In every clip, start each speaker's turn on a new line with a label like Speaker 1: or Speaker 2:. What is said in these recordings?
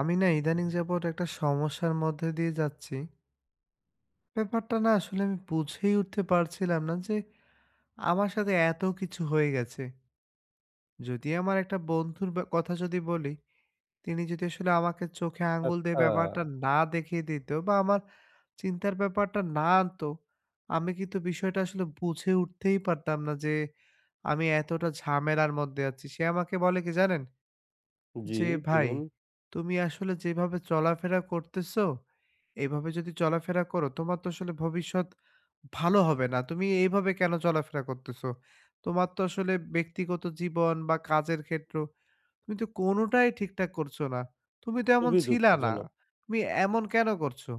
Speaker 1: আমি না ইদানিং যাবৎ একটা সমস্যার মধ্যে দিয়ে যাচ্ছি। ব্যাপারটা না আসলে আমি বুঝেই উঠতে পারছিলাম না যে আমার সাথে এত কিছু হয়ে গেছে। যদি আমার একটা বন্ধুর বা কথা যদি বলি, তিনি যদি আসলে আমাকে চোখে আঙ্গুল দিয়ে
Speaker 2: আচ্ছা।
Speaker 1: ব্যাপারটা না দেখিয়ে দিত বা আমার চিন্তার ব্যাপারটা না আনতো, আমি কিন্তু বিষয়টা আসলে বুঝে উঠতেই পারতাম না যে আমি এতটা ঝামেলার মধ্যে আছি। সে আমাকে বলে কি জানেন?
Speaker 2: জি,
Speaker 1: যে ভাই
Speaker 2: বলুন।
Speaker 1: তুমি আসলে যেভাবে চলাফেরা করতেছো, এভাবে যদি চলাফেরা করো তোমার তো আসলে ভবিষ্যৎ ভালো হবে না। তুমি এইভাবে কেন চলাফেরা করতেছো? তোমার তো আসলে ব্যক্তিগত জীবন বা কাজের ক্ষেত্র তুমি তো কোনোটাই ঠিকঠাক করছো না। তুমি তো এমন
Speaker 2: খুবই
Speaker 1: ছিলা না।
Speaker 2: দুঃখজনক।
Speaker 1: তুমি এমন কেন করছো?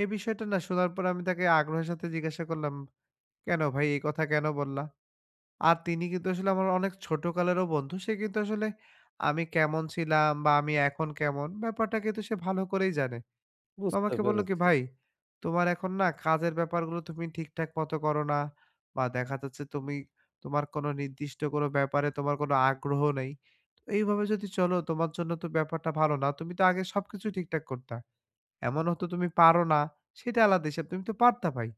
Speaker 1: এই বিষয়টা না শোনার পর আমি তাকে আগ্রহের সাথে জিজ্ঞাসা করলাম, "কেন ভাই এই কথা কেন বললা?" আর তিনি কিন্তু আসলে আমার অনেক ছোটকালেরও বন্ধু। সে কিন্তু আসলে আমি কেমন ছিলাম বা আমি এখন কেমন, ব্যাপারটা কিন্তু সে ভালো করেই জানে। তো
Speaker 2: বুঝতে
Speaker 1: আমাকে বলল কি,
Speaker 2: পেরেছি।
Speaker 1: "ভাই, তোমার এখন না কাজের ব্যাপারগুলো তুমি ঠিকঠাক মতো করো না বা দেখা যাচ্ছে তুমি তোমার কোনো নির্দিষ্ট কোনো ব্যাপারে তোমার কোনো আগ্রহ নেই। তো এইভাবে যদি চলো তোমার জন্য তো ব্যাপারটা ভালো না। তুমি তো আগে সবকিছু ঠিকঠাক করতা।" এমন হতো তুমি পারো না, সেটা আলাদা হিসাব। তুমি তো পারতা ভাই।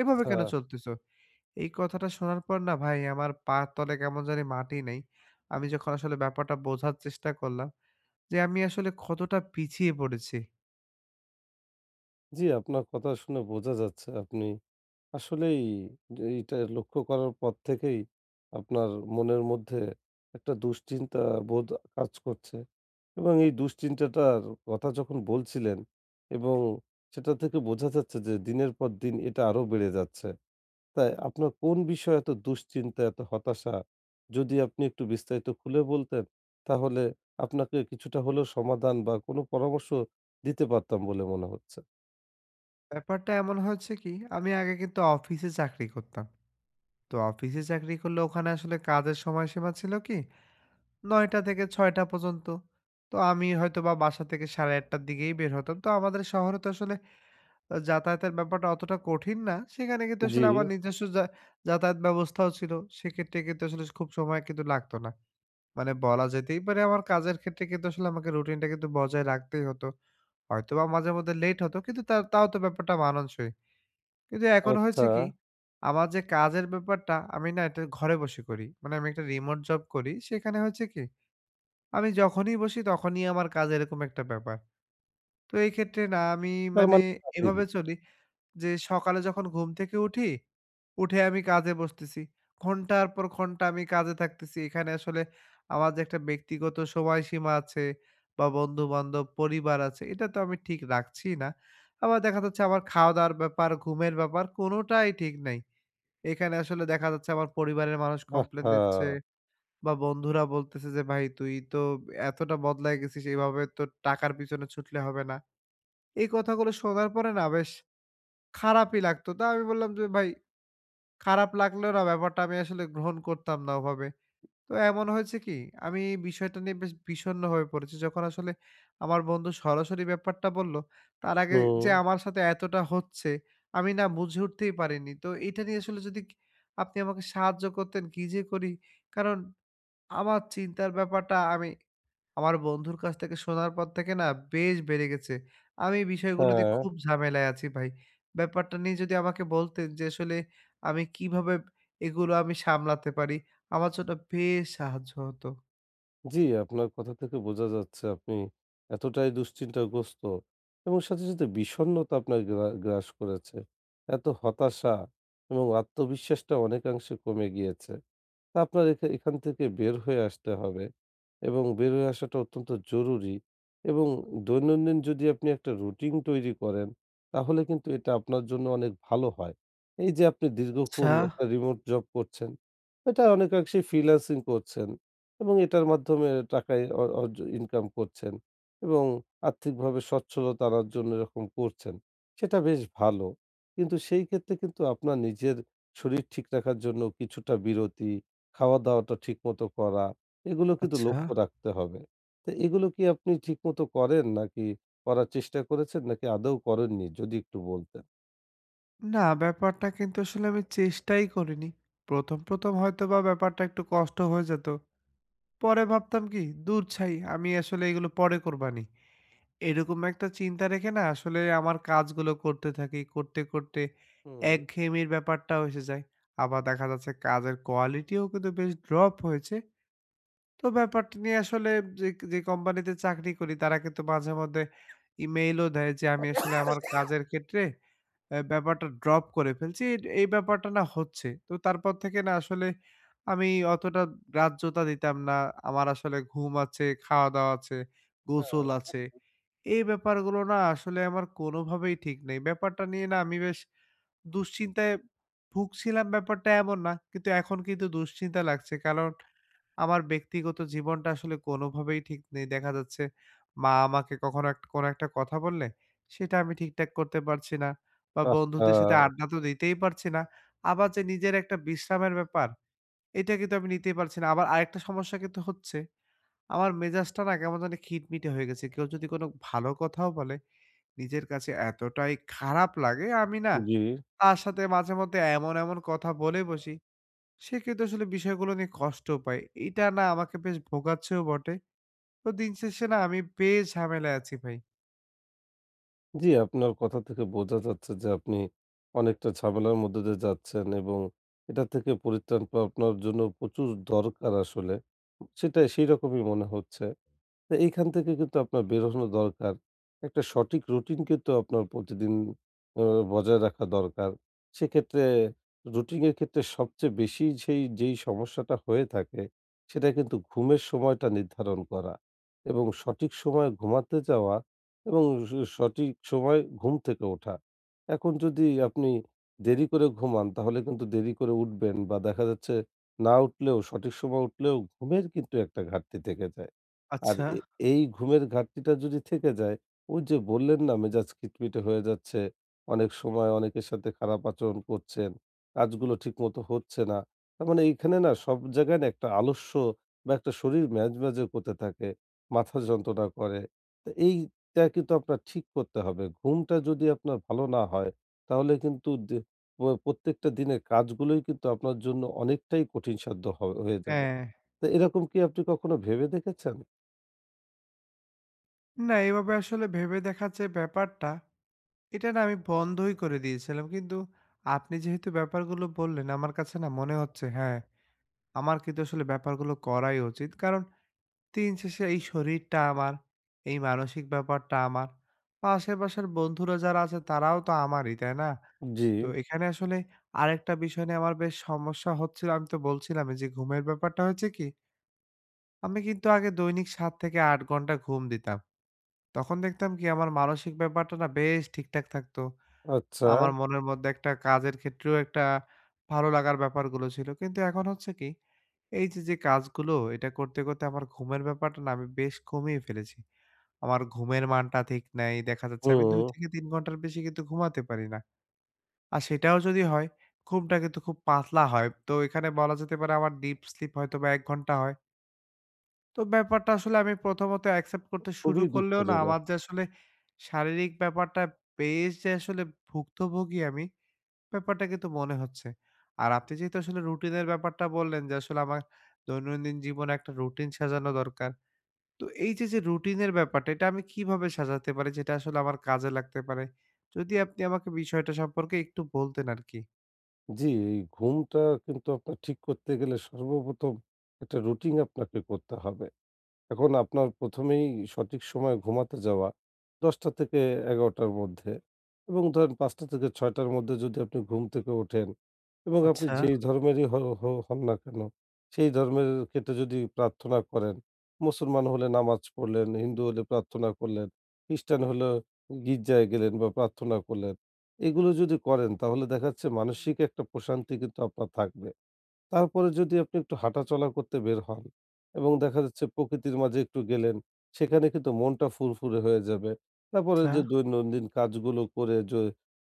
Speaker 1: এভাবে কেন চলতেছো? এই কথাটা শোনার পর না ভাই আমার পায়ের তলে কেমন জানি মাটি নাই। আমি যখন আসলে ব্যাপারটা বোঝার চেষ্টা করলাম যে আমি আসলে কতটা পিছিয়ে পড়েছি।
Speaker 2: জি, আপনার কথা শুনে বোঝা যাচ্ছে আপনি আসলেই এইটা লক্ষ্য করার পর থেকেই আপনার মনের মধ্যে একটা দুশ্চিন্তা বোধ কাজ করছে, এবং এই দুশ্চিন্তাটার কথা যখন বলছিলেন, এবং সেটা থেকে বোঝা যাচ্ছে যে দিনের পর দিন এটা আরো বেড়ে যাচ্ছে। তাই আপনার কোন বিষয়ে এত দুশ্চিন্তা, এত হতাশা? যদি আপনি একটু বিস্তারিত খুলে বলতেন, তাহলে আপনাকে কিছুটা হলেও সমাধান বা কোনো পরামর্শ দিতে পারতাম বলে মনে হচ্ছে।
Speaker 1: ব্যাপারটা এমন হয়েছে কি আমি আগে কিন্তু অফিসে চাকরি করতাম। তো অফিসে চাকরি করলে ওখানে আসলে কাজের সময়সীমা ছিল কি ৯ টা থেকে ৬ টা পর্যন্ত। তো আমি হয়তোবা বাসা থেকে ৮:৩০ টার দিকেই বের হতাম। তো আমাদের শহরে তো আসলে যাতায়াতের ব্যাপারটা অতটা কঠিন না। সেখানে কিন্তু
Speaker 2: জি।
Speaker 1: আসলে আমার নিজস্ব যাতায়াত ব্যবস্থাও ছিল। সেক্ষেত্রে কিন্তু আসলে খুব সময় কিন্তু লাগতো না। মানে বলা যেতেই পারে আমার কাজের ক্ষেত্রে কিন্তু আসলে আমাকে রুটিনটা কিন্তু বজায় রাখতেই হতো। হয়তোবা মাঝে মধ্যে লেট হতো কিন্তু তাও তো ব্যাপারটা মানানসই। কিন্তু এখন
Speaker 2: আচ্ছা।
Speaker 1: হয়েছে কি, আমার যে কাজের ব্যাপারটা আমি না এটা ঘরে বসে করি। মানে আমি একটা রিমোট জব করি। সেখানে হয়েছে কি, আমি যখনই বসি তখনই আমার কাজ এরকম একটা ব্যাপার। তো এই ক্ষেত্রে না আমি
Speaker 2: তার
Speaker 1: মানে
Speaker 2: মানে স্বাধীন।
Speaker 1: এভাবে চলি যে সকালে যখন ঘুম থেকে উঠি, উঠে আমি কাজে বসতেছি। ঘন্টার পর ঘন্টা আমি কাজে থাকতেছি। এখানে আসলে আমার যে একটা ব্যক্তিগত সময়সীমা আছে বা বন্ধু-বান্ধব, পরিবার আছে, এটা তো আমি ঠিক রাখছি না। আবার দেখা যাচ্ছে আমার খাওয়া-দাওয়ার ব্যাপার, ঘুমের ব্যাপার কোনোটাই ঠিক নাই। এখানে আসলে দেখা যাচ্ছে আমার পরিবারের মানুষ কমপ্লেইন
Speaker 2: আহা!
Speaker 1: দিচ্ছে বা বন্ধুরা বলতেছে যে, "ভাই তুই তো এতটা বদলায় গেছিস, এভাবে তো টাকার পিছনে ছুটলে হবে না।" এই কথাগুলো শোনার পরে না বেশ খারাপই লাগতো। তা আমি বললাম যে, "ভাই খারাপ লাগলেও না ব্যাপারটা আমি আসলে গ্রহণ করতাম না ওভাবে।" তো এমন হয়েছে কি আমি এই বিষয়টা নিয়ে বেশ বিষণ্ণ হয়ে পড়েছি। যখন আসলে আমার বন্ধু সরাসরি ব্যাপারটা বলল, তার আগে
Speaker 2: হুম।
Speaker 1: যে আমার সাথে এতটা হচ্ছে আমি না বুঝে উঠতেই পারিনি। তো এটা নিয়ে আসলে আপনি আমাকে সাহায্য করতেন কি যে করি? কারণ আমার চিন্তার ব্যাপারটা আমার বন্ধুর কাছ থেকে শোনার পর থেকে না বেশ বেড়ে গেছে। আমি এই বিষয়গুলো নিয়ে
Speaker 2: হ্যাঁ।
Speaker 1: খুব ঝামেলায় আছি ভাই। ব্যাপারটা নিয়ে যদি আমাকে বলতেন যে আসলে আমি কিভাবে এগুলো সামলাতে পারি, আমার জন্য বেশ সাহায্য হতো।
Speaker 2: জি, আপনার কথা থেকে বোঝা যাচ্ছে আপনি এতটাই দুশ্চিন্তাগ্রস্ত, এবং সাথে সাথে বিষণ্ণতা আপনার গ্রাস করেছে। এত হতাশা, এবং আত্মবিশ্বাসটা অনেকাংশে কমে গিয়েছে। তা আপনার এখান থেকে বের হয়ে আসতে হবে, এবং বের হয়ে আসাটা অত্যন্ত জরুরি। এবং দৈনন্দিন যদি আপনি একটা রুটিন তৈরি করেন, তাহলে কিন্তু এটা আপনার জন্য অনেক ভালো হয়। এই যে আপনি
Speaker 1: আচ্ছা,
Speaker 2: দীর্ঘক্ষণ একটা রিমোট জব করছেন, এটা অনেকাংশেই ফ্রিল্যান্সিং করছেন, এবং এটার মাধ্যমে টাকা অ অর্জ ইনকাম করছেন, এবং আর্থিকভাবে সচ্ছলতা আনার জন্য এরকম করছেন। সেটা বেশ ভালো। কিন্তু সেই ক্ষেত্রে কিন্তু আপনার নিজের শরীর ঠিক রাখার জন্য কিছুটা বিরতি, খাওয়া-দাওয়াটা ঠিকমতো করা, এগুলো কিন্তু
Speaker 1: আচ্ছা।
Speaker 2: লক্ষ্য রাখতে হবে। তো এগুলো কি আপনি ঠিকমতো করেন, নাকি করার চেষ্টা করেছেন, নাকি আদৌ করেননি? যদি একটু বলতেন।
Speaker 1: না, ব্যাপারটা কিন্তু আসলে আমি চেষ্টাই করিনি। ১ম হয়তোবা ব্যাপারটা একটু কষ্ট হয়ে যেত। পরে ভাবতাম কি, "দূর ছাই, আমি আসলে এগুলো পরে করবানি।" এরকম একটা চিন্তা রেখে না আসলে আমার কাজগুলো করতে থাকি। করতে
Speaker 2: হুম।
Speaker 1: একঘেয়েমির ব্যাপারটাও এসে যায়। আবার দেখা যাচ্ছে কাজের কোয়ালিটিও কিন্তু বেশ ড্রপ হয়েছে। তো ব্যাপারটা নিয়ে আসলে যে, যে কোম্পানিতে চাকরি করি তারা কিন্তু মাঝে মধ্যে ইমেইলও দেয় যে আমি আসলে আমার কাজের ক্ষেত্রে ব্যাপারটা ড্রপ করে ফেলছি। এই ব্যাপারটা না হচ্ছে। তো তারপর থেকে না আসলে আমি অতটা গ্রাহ্যতা দিতাম না। আমার আসলে ঘুম আছে, খাওয়া-দাওয়া আছে,
Speaker 2: হ্যাঁ।
Speaker 1: গোসল আছে। এই ব্যাপারগুলো না আসলে আমার কোনোভাবেই ঠিক নেই। ব্যাপারটা নিয়ে না আমি বেশ দুশ্চিন্তায় ভুগছিলাম ব্যাপারটা এমন না। কিন্তু এখন কিন্তু দুশ্চিন্তা লাগছে। কারণ আমার ব্যক্তিগত জীবনটা আসলে কোনোভাবেই ঠিক নেই। দেখা যাচ্ছে মা আমাকে কখনো কোনো একটা কথা বললে সেটা আমি ঠিকঠাক করতে পারছি না বা
Speaker 2: আহহা!
Speaker 1: বন্ধুদের সাথে আড্ডা তো দিতেই পারছি না। আবার যে নিজের একটা বিশ্রামের ব্যাপার এটা কিন্তু আমি নিতেই পারছি না। আবার আরেকটা সমস্যা কিন্তু হচ্ছে আমার মেজাজটা না কেমন জানি খিটমিটে হয়ে গেছে। কেউ যদি কোনো ভালো কথাও বলে নিজের কাছে এতটাই খারাপ লাগে আমি না
Speaker 2: জি।
Speaker 1: তার সাথে মাঝেমধ্যে এমন কথা বলে বসি। সে কিন্তু আসলে বিষয়গুলো নিয়ে কষ্ট পায়। এটা না আমাকে বেশ ভোগাচ্ছেও বটে। তো দিন শেষে না আমি বেশ ঝামেলায় আছি ভাই।
Speaker 2: জি, আপনার কথা থেকে বোঝা যাচ্ছে যে আপনি অনেকটা ঝামেলার মধ্য দিয়ে যাচ্ছেন, এবং এটা থেকে পরিত্রাণ পাওয়া আপনার জন্য প্রচুর দরকার আসলে। সেটাই সেইরকমই মনে হচ্ছে। তো এইখান থেকে কিন্তু আপনার বেরোনো দরকার। একটা সঠিক রুটিন কিন্তু আপনার প্রতিদিন আ বজায় রাখা দরকার। সেক্ষেত্রে রুটিনের ক্ষেত্রে সবচেয়ে বেশি সেই যেই সমস্যাটা হয়ে থাকে সেটা কিন্তু ঘুমের সময়টা নির্ধারণ করা, এবং সঠিক সময়ে ঘুমাতে যাওয়া, এবং স সঠিক সময়ে ঘুম থেকে ওঠা। এখন যদি আপনি দেরি করে ঘুমান তাহলে কিন্তু দেরি করে উঠবেন, বা দেখা যাচ্ছে না উঠলেও, সঠিক সময় উঠলেও, ঘুমের কিন্তু একটা ঘাটতি থেকে যায়। আর
Speaker 1: আচ্ছা।
Speaker 2: এই ঘুমের ঘাটতিটা যদি থেকে যায়, ওই যে বললেন না মেজাজ খিটমিটে হয়ে যাচ্ছে, অনেক সময় অনেকের সাথে খারাপ আচরণ করছেন, কাজগুলো ঠিকমতো হচ্ছে না। তার মানে এইখানে না সব জায়গায় না একটা আলস্য, বা একটা শরীর ম্যাজম্যাজে করতে থাকে, মাথা যন্ত্রণা করে। তো এইটা কিন্তু আপনার ঠিক করতে হবে। ঘুমটা যদি আপনার ভালো না হয় তাহলে কিন্তু দে প প্রত্যেকটা দিনের কাজগুলোই কিন্তু আপনার জন্য অনেকটাই কঠিনসাধ্য হয়ে যাবে।
Speaker 1: হ্যাঁ।
Speaker 2: তো এরকম কি আপনি কখনো ভেবে দেখেছেন?
Speaker 1: না এভাবে আসলে ভেবে দেখার যে ব্যাপারটা, এটা না আমি বন্ধই করে দিয়েছিলাম। কিন্তু আপনি যেহেতু ব্যাপারগুলো বললেন, আমার কাছে না মনে হচ্ছে হ্যাঁ, আমার কিন্তু আসলে ব্যাপারগুলো করাই উচিত। কারণ দিন শেষে এই শরীরটা আমার, এই মানসিক ব্যাপারটা আমার। বা আশেপাশের বন্ধুরা যারা আছে তারাও তো আমারই, তাই না?
Speaker 2: জি।
Speaker 1: তো এখানে আসলে আরেকটা বিষয় নিয়ে আমার বেশ সমস্যা হচ্ছিল। আমি তো বলছিলামই যে ঘুমের ব্যাপারটা হয়েছে কি, আমি কিন্তু আগে দৈনিক ৭ থেকে ৮ ঘন্টা ঘুম দিতাম। তখন দেখতাম কি আমার মানসিক ব্যাপারটা না বেশ ঠিকঠাক থাকতো।
Speaker 2: আচ্ছা।
Speaker 1: আমার মনের মধ্যে একটা কাজের ক্ষেত্রেও একটা ভালো লাগার ব্যাপারগুলো ছিল। কিন্তু এখন হচ্ছে কি, যে কাজগুলো এটা করতে আমার ঘুমের ব্যাপারটা না আমি বেশ কমিয়ে ফেলেছি। আমার ঘুমের মানটা ঠিক নাই। দেখা যাচ্ছে আমি
Speaker 2: হুম।
Speaker 1: ২ থেকে ৩ ঘন্টার বেশি কিন্তু ঘুমাতে পারি না। আর সেটাও যদি হয়, ঘুমটা কিন্তু খুব পাতলা হয়। তো এখানে বলা যেতে পারে আমার ডিপ স্লিপ হয়তোবা ১ ঘন্টা হয়। তো ব্যাপারটা আসলে আমি প্রথমত অ্যাকসেপ্ট করতে শুরু
Speaker 2: খুবই
Speaker 1: করলেও না
Speaker 2: দুঃখজনক।
Speaker 1: আমার যে আসলে শারীরিক ব্যাপারটা বেশ যে আসলে ভুক্তভোগী আমি, ব্যাপারটা কিন্তু মনে হচ্ছে। আর আপনি যেহেতু আসলে রুটিনের ব্যাপারটা বললেন যে আসলে আমার দৈনন্দিন জীবনে একটা রুটিন সাজানো দরকার। তো যে রুটিনের ব্যাপারটা এটা আমি কিভাবে সাজাতে পারি যেটা আসলে আমার কাজে লাগতে পারে? যদি আপনি আমাকে বিষয়টা সম্পর্কে একটু বলতেন আরকি।
Speaker 2: জি, এই ঘুমটা কিন্তু আপনার ঠিক করতে গেলে সর্বপ্রথম একটা রুটিন আপনাকে করতে হবে। এখন আপনার ১ম এই সঠিক সময়ে ঘুমাতে যাওয়া ১০টা থেকে ১১টার মধ্যে, এবং ধরেন ৫টা থেকে ৬টার মধ্যে যদি আপনি ঘুম থেকে ওঠেন, এবং আপনি
Speaker 1: আচ্ছা,
Speaker 2: যেই ধর্মেরই হ হ হন না কেন, সেই ধর্মের ক্ষেত্রে যদি প্রার্থনা করেন, মুসলমান হলে নামাজ পড়লেন, হিন্দু হলে প্রার্থনা করলেন, খ্রিস্টান হলে গির্জায় গেলেন বা প্রার্থনা করলেন। এগুলো যদি করেন তাহলে দেখা যাচ্ছে মানসিক একটা প্রশান্তি কিন্তু আপনার থাকবে। তারপরে যদি আপনি একটু হাঁটাচলা করতে বের হন, এবং দেখা যাচ্ছে প্রকৃতির মাঝে একটু গেলেন, সেখানে কিন্তু মনটা ফুরফুরে হয়ে যাবে। তারপরে
Speaker 1: আচ্ছা,
Speaker 2: যে দৈনন্দিন কাজগুলো করে যে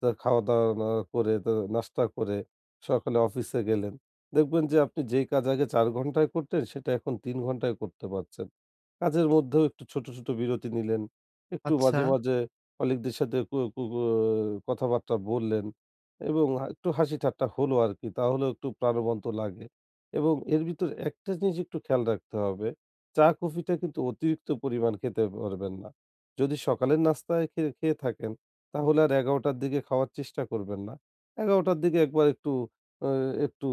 Speaker 2: তা খাওয়া-দাওয়া না করে, তা নাস্তা করে সকালে অফিসে গেলেন। দেখবেন যে আপনি যেই কাজ আগে ৪ ঘন্টায় করতেন সেটা এখন ৩ ঘন্টায় করতে পারছেন। কাজের মধ্যেও একটু ছোট ছোট বিরতি নিলেন। একটু
Speaker 1: আচ্ছা,
Speaker 2: মাঝে মাঝে কলিগদের সাথে কু কু কু কথাবার্তা বললেন। এবং একটু হাসি ঠাট্টা হলো আরকি। তাহলেও একটু প্রাণবন্ত লাগে, এবং এর ভিতর একটা জিনিস একটু খেয়াল রাখতে হবে। চা, কফিটা কিন্তু অতিরিক্ত পরিমাণ খেতে পারবেন না। যদি সকালের নাস্তায় খেয়ে থাকেন, তাহলে আর ১১:০০ র দিকে খাওয়ার চেষ্টা করবেন না। ১১:০০ র দিকে একবার একটু আ একটু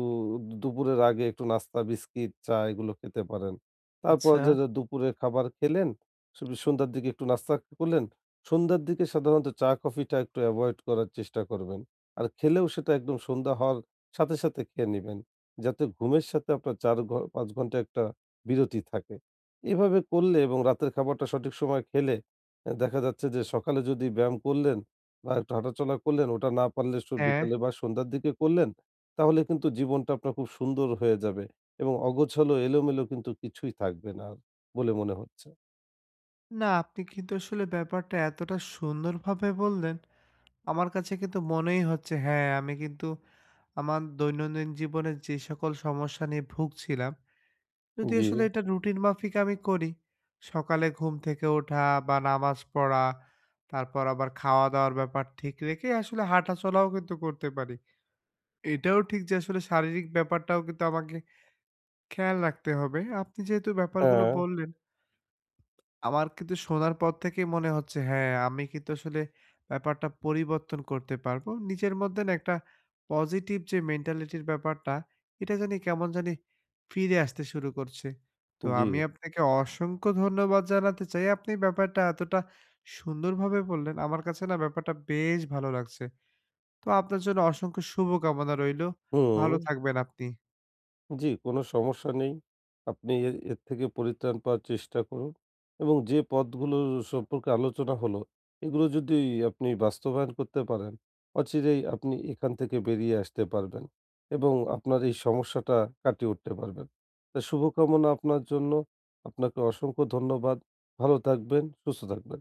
Speaker 2: দুপুরের আগে একটু নাস্তা, বিস্কিট, চা এগুলো খেতে পারেন। তারপর
Speaker 1: আচ্ছা।
Speaker 2: যে দুপুরের খাবার খেলেন, সন্ধ্যার দিকে একটু নাস্তা করলেন। সন্ধ্যার দিকে সাধারণত চা, কফিটা একটু এভয়েড করার চেষ্টা করবেন। আর খেলেও সেটা একদম সন্ধ্যা হওয়ার সাথে সাথে খেয়ে নিবেন। যাতে ঘুমের সাথে আপনার ৪ ৫ ঘন্টা একটা বিরতি থাকে। এভাবে করলে, এবং রাতের খাবারটা সঠিক সময়ে খেলে, দেখা যাচ্ছে যে সকালে যদি ব্যায়াম করলেন বা একটু হাঁটাচলা করলেন, ওটা না পারলে
Speaker 1: হ্যাঁ।
Speaker 2: বিকালে বা সন্ধ্যার দিকে করলেন, তাহলে কিন্তু জীবনটা আপনার খুব সুন্দর হয়ে যাবে, এবং অগোছালো এলোমেলো কিন্তু কিছুই থাকবে না বলে মনে হচ্ছে।
Speaker 1: না, আপনি কিন্তু আসলে ব্যাপারটা এতটা সুন্দরভাবে বললেন, আমার কাছে কিন্তু মনেই হচ্ছে হ্যাঁ, আমি কিন্তু আমার দৈনন্দিন জীবনে যে সকল সমস্যা নিয়ে ভুগছিলাম যদি
Speaker 2: জি।
Speaker 1: আসলে এটা রুটিন মাফিক আমি করি, সকালে ঘুম থেকে ওঠা বা নামাজ পড়া, তারপর আবার খাওয়া-দাওয়ার ব্যাপার ঠিক রেখে আসলে হাঁটাচলাও কিন্তু করতে পারি। এটাও ঠিক যে আসলে শারীরিক ব্যাপারটাও কিন্তু আমাকে খেয়াল রাখতে হবে। আপনি যেহেতু ব্যাপারগুলো
Speaker 2: হ্যাঁ।
Speaker 1: বললেন আমার কিন্তু শোনার পর থেকেই মনে হচ্ছে হ্যাঁ, আমি কিন্তু আসলে ব্যাপারটা পরিবর্তন করতে পারবো। নিজের মধ্যে না একটা পজিটিভ যে মেন্টালিটির ব্যাপারটা, এটা জানি কেমন জানি ফিরে আসতে শুরু করছে। তো
Speaker 2: জি।
Speaker 1: আমি আপনাকে অসংখ্য ধন্যবাদ জানাতে চাই। আপনি ব্যাপারটা এতটা সুন্দরভাবে বললেন, আমার কাছে না ব্যাপারটা বেশ ভালো লাগছে। তো আপনার জন্য অসংখ্য শুভকামনা রইলো। ভালো
Speaker 2: হুম।
Speaker 1: থাকবেন আপনি।
Speaker 2: জি, কোনো সমস্যা নেই। আপনি এর থেকে পরিত্রাণ পাওয়ার চেষ্টা করুন, এবং যে পথগুলো সম্পর্কে আলোচনা হলো, এগুলো যদি আপনি বাস্তবায়ন করতে পারেন, অচিরেই আপনি এখান থেকে বেরিয়ে আসতে পারবেন, এবং আপনার এই সমস্যাটা কাটিয়ে উঠতে পারবেন। তো শুভকামনা আপনার জন্য। আপনাকে অসংখ্য ধন্যবাদ। ভালো থাকবেন, সুস্থ থাকবেন।